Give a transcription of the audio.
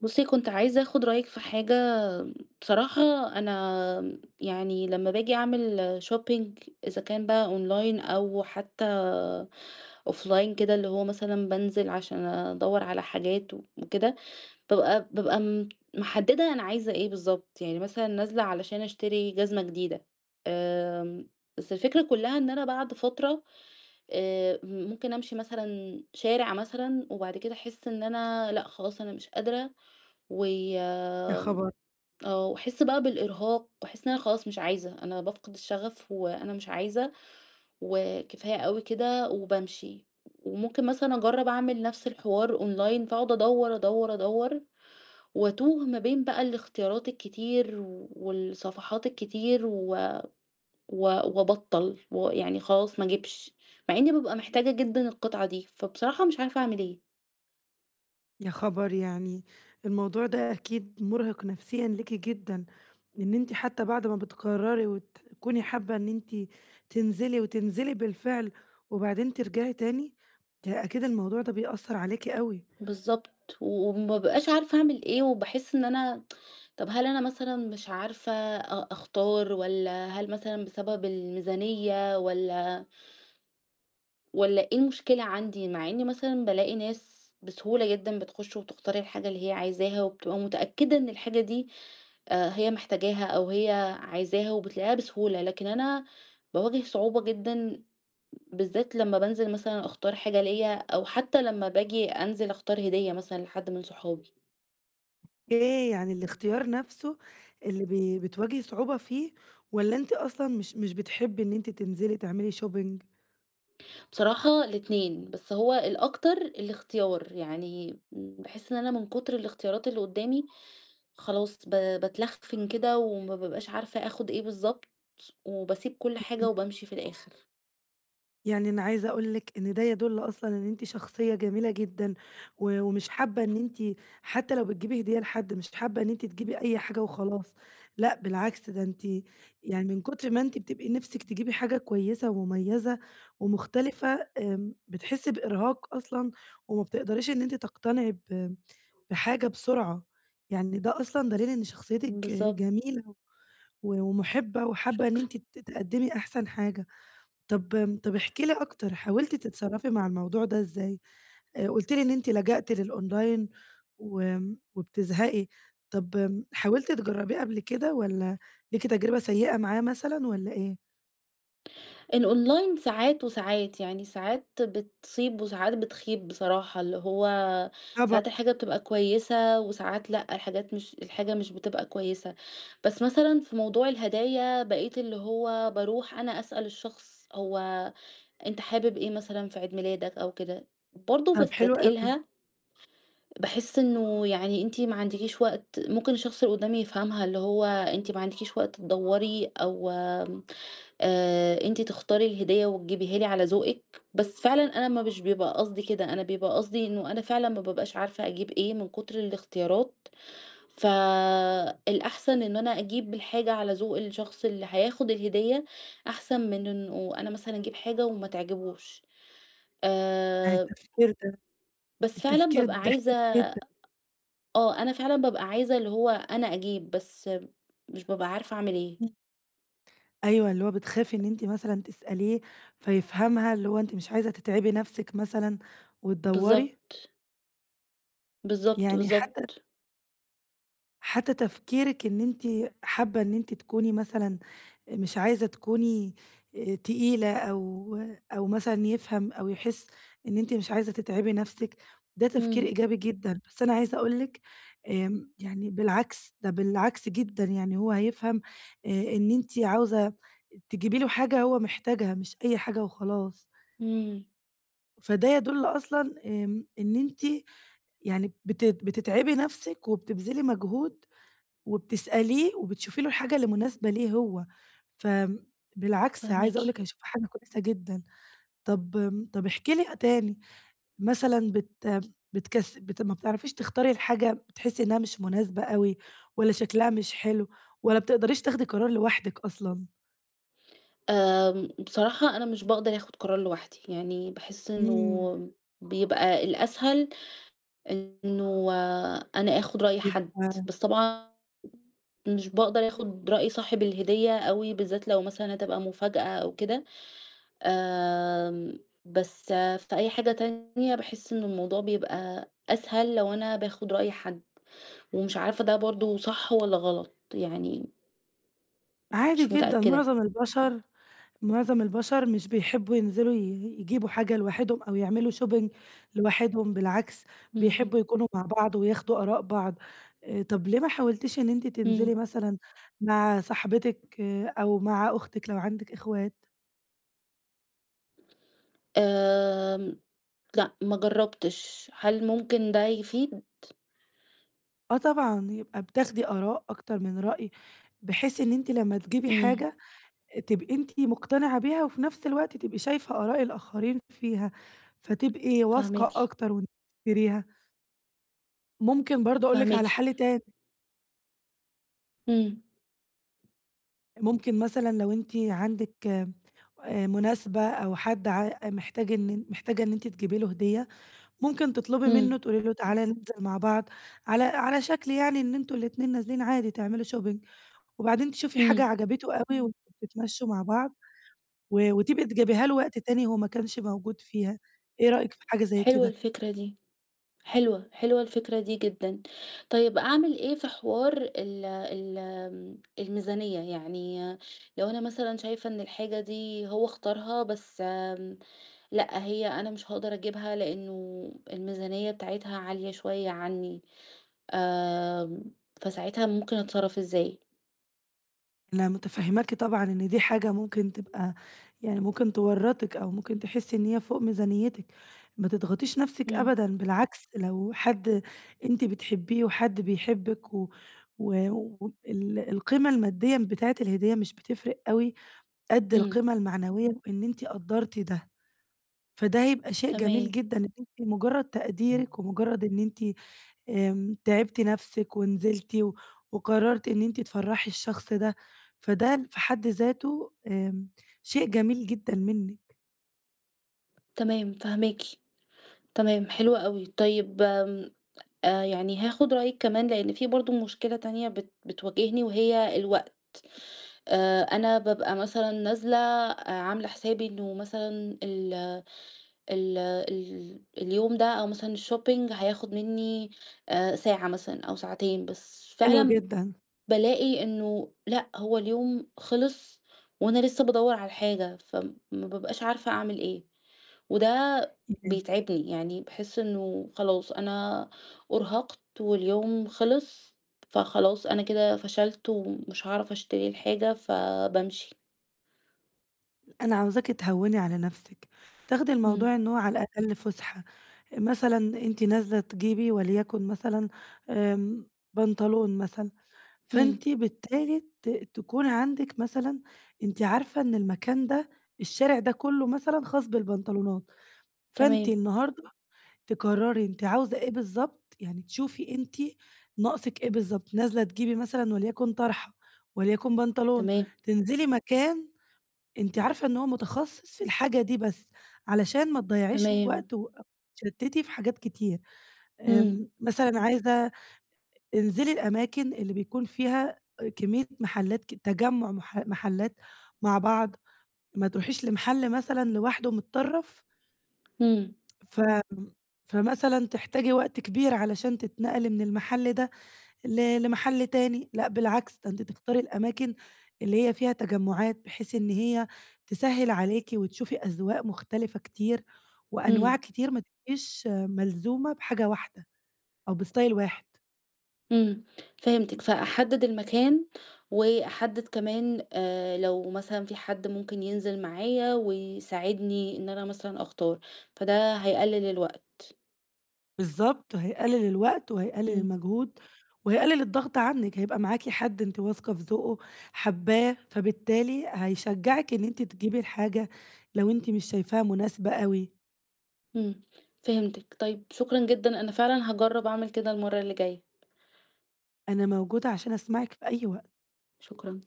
بُصّي، كنت عايزة آخُد رأيِك في حاجة، بصراحة أنا يعني لمّا باجي أعمل shopping إذا كان بقى online أو حتى offline كده، اللي هو مثلًا بانزل عشان أدوّر على حاجات وكده، بابقى محددة أنا عايزة إيه بالضبط، يعني مثلًا نازلة علشان أشتري جزمة جديدة. آمم، بس الفكرة كلّها إن أنا بعد فترة ممكن أمشي مثلًا شارع مثلًا وبعد كده أحس إن أنا لأ، خلاص أنا مش قادرة. و يا آمم، خبر! آه، واحس بقى بالإرهاق، واحس إن أنا خلاص مش عايزة، أنا بافقد الشغف وأنا مش عايزة، وكفاية أوي كده وبامشي. وممكن مثلًا أجرّب أعمل نفس الحوار أونلاين، فاقعد أدوّر، أدوّر، أدوّر، وأتوه ما بين بقى الاختيارات الكتير والصفحات الكتير و و وأبطّل، ويعني خلاص ما أجيبش، مع إني بابقى محتاجة جدًا القطعة دي، فبصراحة مش عارفة أعمل إيه. يا خبر! يعني الموضوع ده أكيد مُرهِق نفسيًا ليكِ جدًا، إن أنتِ حتى بعد ما بتقرري وتكوني حابة إن أنتِ تنزلي وتنزلي بالفعل، وبعدين ترجعي تاني، ده أكيد الموضوع ده بيأثّر عليكِ أوي. بالضبط، وما بابقاش عارفة أعمل إيه، وباحس إن أنا طَب هل أنا مثلًا مش عارفة أختار والّا هل مثلًا بسبب الميزانية والّا إيه المشكلة عندي؟ مع إني مثلًا بالاقي ناس بسهولة جدًا بتخش وتختار الحاجة اللي هي عايزاها، وبتبقى متأكدة إن الحاجة دي هي محتاجاها أو هي عايزاها وبتلاقيها بسهولة، لكن أنا باواجه صعوبة جدًا بالذات لمّا بانزل مثلًا أختار حاجة ليّا، أو حتى لمّا باجي أنزل أختار هدية مثلًا لحد من صحابي. إيه يعني الاختيار نفسه اللي بتواجهي صعوبة فيه، والّا أنتِ أصلًا مش بتحبي إن أنتِ تنزلي تعملي shopping؟ بصراحة الاتنين، بس هو الأكتر الاختيار، يعني باحس إن أنا من كتر الاختيارات اللي قدامي خلاص باتلخفن كده وما بابقاش عارفة آخد إيه بالضبط، وباسيب كل حاجة وبامشي في الآخر. يعني أنا عايزة أقول لِك إن ده يدُل أصلًا إن أنتِ شخصية جميلة جدًا، ومش حابة إن أنتِ حتى لو بتجيبي هدية لحد، مش حابة إن أنتِ تجيبي أي حاجة وخلاص، لأ بالعكس ده أنتِ يعني من كتر ما أنتِ بتبقي نِفسِك تجيبي حاجة كويسة ومميزة ومختلفة، بتحسي بإرهاق أصلًا وما بتقدريش إن أنتِ تقتنعي بحاجة بسرعة، يعني ده أصلًا دليل إن شخصيتِك بالضبط، جميلة ومُحِبّة وحابة إن شكرًا. أنتِ تقدّمي أحسن حاجة. طب طب احكِ لي أكتر، حاولتِ تتصرّفي مع الموضوع ده إزاي؟ قُلتِ لي إن أنتِ لجأتِ للأونلاين وآمم، وبتزهقي، طب حاولتِ تجرّبيه قبل كده والّا ليكِ تجربة سيئة معاه مثلًا والّا إيه؟ الأونلاين ساعات وساعات، يعني ساعات بتصيب وساعات بتخيب بصراحة، اللي هو طبعًا، ساعات الحاجة بتبقى كويسة وساعات لأ، الحاجات مش الحاجة مش بتبقى كويسة. بس مثلًا في موضوع الهدايا بقيت اللي هو باروح أنا أسأل الشخص هو أنت حابب إيه مثلًا في عيد ميلادك أو كده، برضه طب حلو أوي، باستتقلها، باحس إنه يعني أنتِ ما عندكيش وقت، ممكن الشخص اللي قدامي يفهمها اللي هو أنتِ ما عندكيش وقت تدوّري أو أنتِ تختاري الهدية وتجيبيها لي على ذوقِك، بس فعلًا أنا ما مش بيبقى قصدي كده، أنا بيبقى قصدي إنه أنا فعلًا ما بابقاش عارفة أجيب إيه من كتر الاختيارات، فالأحسن إن أنا أجيب الحاجة على ذوق الشخص اللي هياخد الهدية، أحسن من إنه أنا مثلًا أجيب حاجة وما تعجبوش. يعني آآ التفكير ده بس فعلًا التفكير بابقى ده عايزة حلو جدًا. أنا فعلًا بابقى عايزة اللي هو أنا أجيب، بس مش بابقى عارفة أعمل إيه. إمم، أيوه، اللي هو بتخافي إن أنتِ مثلًا تسأليه فيفهمها، اللي هو أنتِ مش عايزة تتعبي نَفْسِك مثلًا وتدوّري، بالضبط، بالضبط، يعني حتى بالضبط. حتى تفكيرِك إن أنتِ حابة إن أنتِ تكوني مثلًا مش عايزة تكوني تقيلة أو أو مثلًا يفهم أو يحس إن أنتِ مش عايزة تتعبي نَفْسِك، ده تفكير إمم، إيجابي جدًا، بس أنا عايزة أقول لِك يعني بالعكس، ده بالعكس جدًا، يعني هو هيفهم آآ إن أنتِ عاوزة تجيبي له حاجة هو محتاجها مش أي حاجة وخلاص، إمم. فده يدُل أصلًا إن أنتِ يعني بتتعبي نَفْسِك وبتبذلي مجهود وبتسأليه وبتشوفي له الحاجة اللي مناسبة ليه هو، فآمم بالعكس عايزة فاهماكِ. أقول لِك هيشوفها حاجة كويسة جدًا. طب طب احكي لي تاني، مثلًا بت بتكس بت ما بتعرفيش تختاري الحاجة بتحسي إنها مش مناسبة أوي والّا شكلها مش حلو والّا بتقدريش تاخدي قرار لوحدِك أصلًا؟ بصراحة أنا مش باقدر آخُد قرار لوحدي، يعني باحس إمم، إنه بيبقى الأسهل إنه أنا آخُد رأي حد، يبقى بس طبعًا مش باقدر آخُد رأي صاحب الهدية أوي، بالذات لو مثلًا هتبقى مفاجأة أو كده. آمم، بس في أي حاجة تانية باحس إن الموضوع بيبقى أسهل لو أنا باخُد رأي حد، ومش عارفة ده برضه صح والّا غلط، يعني عادي مش جدًا متأكدة. معظم البشر مش بيحبّوا ينزلوا ي يجيبوا حاجة لوحدهم أو يعملوا shopping لوحدهم، بالعكس إمم، بيحبّوا يكونوا مع بعض وياخدوا آراء بعض. طب ليه ما حاولتيش إن أنتِ تنزلي إمم. مثلًا مع صاحبتِك آه، أو مع أختِك لو عندِك إخوات؟ آمم لأ، ما جرّبتش، هل ممكن ده يفيد؟ آه طبعًا، يبقى بتاخدي آراء أكتر من رأي، بحيث إن أنتِ لمّا تجيبي إمم، حاجة تبقي أنتِ مقتنعة بيها وفي نفس الوقت تبقي شايفة آراء الآخرين فيها، فتبقي واثقة فاهماكِ، أكتر وأنتِ بتشتريها. ممكن برضه أقول لِك فاهماكِ، على حَل تاني. إمم، ممكن مثلًا لو أنتِ عندِك مناسبة أو حد ع محتاج إن محتاجة إن أنتِ تجيبي له هدية، ممكن تطلبي منه إمم، تقولي له تعالَ ننزل مع بعض، على شكل يعني إن أنتم الاتنين نازلين عادي تعملوا shopping، وبعدين تشوفي حاجة إمم، عجبته أوي وأنتم بتتمشوا مع بعض، وتبقي تجيبيها له وقت تاني هو ما كانش موجود فيها، إيه رأيك في حاجة زي حلوة كده؟ الفكرة دي، حلوة، حلوة الفكرة دي جدًا. طيب أعمل إيه في حوار ال ال آمم، الميزانية؟ يعني لو أنا مثلًا شايفة إن الحاجة دي هو اختارها بس لأ، هي أنا مش هاقدر أجيبها لإنه الميزانية بتاعتها عالية شوية عني، آمم، فساعتها ممكن أتصرّف إزاي؟ أنا متفهماكِ طبعًا إن دي حاجة ممكن تبقى يعني ممكن تورّطِك أو ممكن تحسي إن هي فوق ميزانيتِك، ما تضغطيش نفسِك إمم، أبدًا، بالعكس لو حد أنتِ بتحبيه وحد بيحبِك و و وال القيمة المادية بتاعة الهدية مش بتفرق أوي قد إمم. القيمة المعنوية وإن أنتِ قدّرتِ ده، فده هيبقى شيء جميل تمام، جدًا إن أنتِ مجرد تقديرِك ومجرد إن أنتِ تعبتِ نفسِك ونزلتِ وقررتِ إن أنتِ تفرّحي الشخص ده، فده في حد ذاته شيء جميل جدًا منِّك، تمام فاهماكِ، تمام حلو أوي. طيب يعني هاخد رأيِك كمان لإن في برضه مشكلة تانية بتواجهني وهي الوقت. أنا بابقى مثلًا نازلة عاملة حسابي إنه مثلًا ال ال ال اليوم ده أو مثلًا الshopping هياخد منّي ساعة مثلًا أو ساعتين، بس حلو فعلًا جدًا. بالاقي إنه لأ، هو اليوم خلص وأنا لسه بادوّر على الحاجة، فما بابقاش عارفة أعمل إيه، وده يعني بيتعبني، يعني باحس إنه خلاص أنا أُرهقت واليوم خلص، فخلاص أنا كده فشلت ومش هاعرف أشتري الحاجة فبامشي. أنا عاوزاكِ تهوّني على نفسِك، تاخدي إمم، الموضوع إن هو على الأقل فُسحة، مثلًا أنتِ نازلة تجيبي وليكن مثلًا آمم، بنطلون مثلًا، إمم، فأنتِ بالتالي تكون عندِك مثلًا أنتِ عارفة إن المكان ده، الشارع ده كلّه مثلًا خاص بالبنطلونات، فأنتِ تمام، النهارده تقرري أنتِ عاوزة إيه بالضبط، يعني تشوفي أنتِ ناقصِك إيه بالضبط، نازلة تجيبي مثلًا وليكن طرحة، وليكن بنطلون، تمام، تنزلي مكان أنتِ عارفة إن هو متخصص في الحاجة دي بس، علشان ما تضيّعيش تمام، وقت وتتشتتي في حاجات كتير، إمم، آمم، مثلًا عايزة انزلي الأماكن اللي بيكون فيها كمية محلات تجمُّع محلات مع بعض، ما تروحيش لمحل مثلًا لوحده متطرف إمم، ف فمثلًا تحتاجي وقت كبير علشان تتنقلي من المحل ده لمحل تاني، لأ بالعكس ده أنتِ تختاري الأماكن اللي هي فيها تجمعات، بحيث إن هي تسهّل عليكِ وتشوفي أذواق مختلفة كتير وأنواع إمم. كتير، ما تبقيش ملزومة بحاجة واحدة أو بstyle واحد. إمم، فهمتِك، فأحدد المكان، وأحدد كمان لو مثلًا في حد ممكن ينزل معايا ويساعدني إن أنا مثلًا أختار، فده هيقلل الوقت. بالضبط، هيقلل الوقت وهيقلل إمم، المجهود، وهيقلل الضغط عنِّك، هيبقى معاكِ حد أنتِ واثقة في ذوقه، حاباه، فبالتالي هيشجعِك إن أنتِ تجيبي الحاجة لو أنتِ مش شايفاها مناسبة أوي، إمم، فهمتِك، طيب شكرًا جدًا، أنا فعلًا هاجرب أعمل كده المرة اللي جاية، أنا موجودة عشان أسمعِك في أي وقت. شكرًا.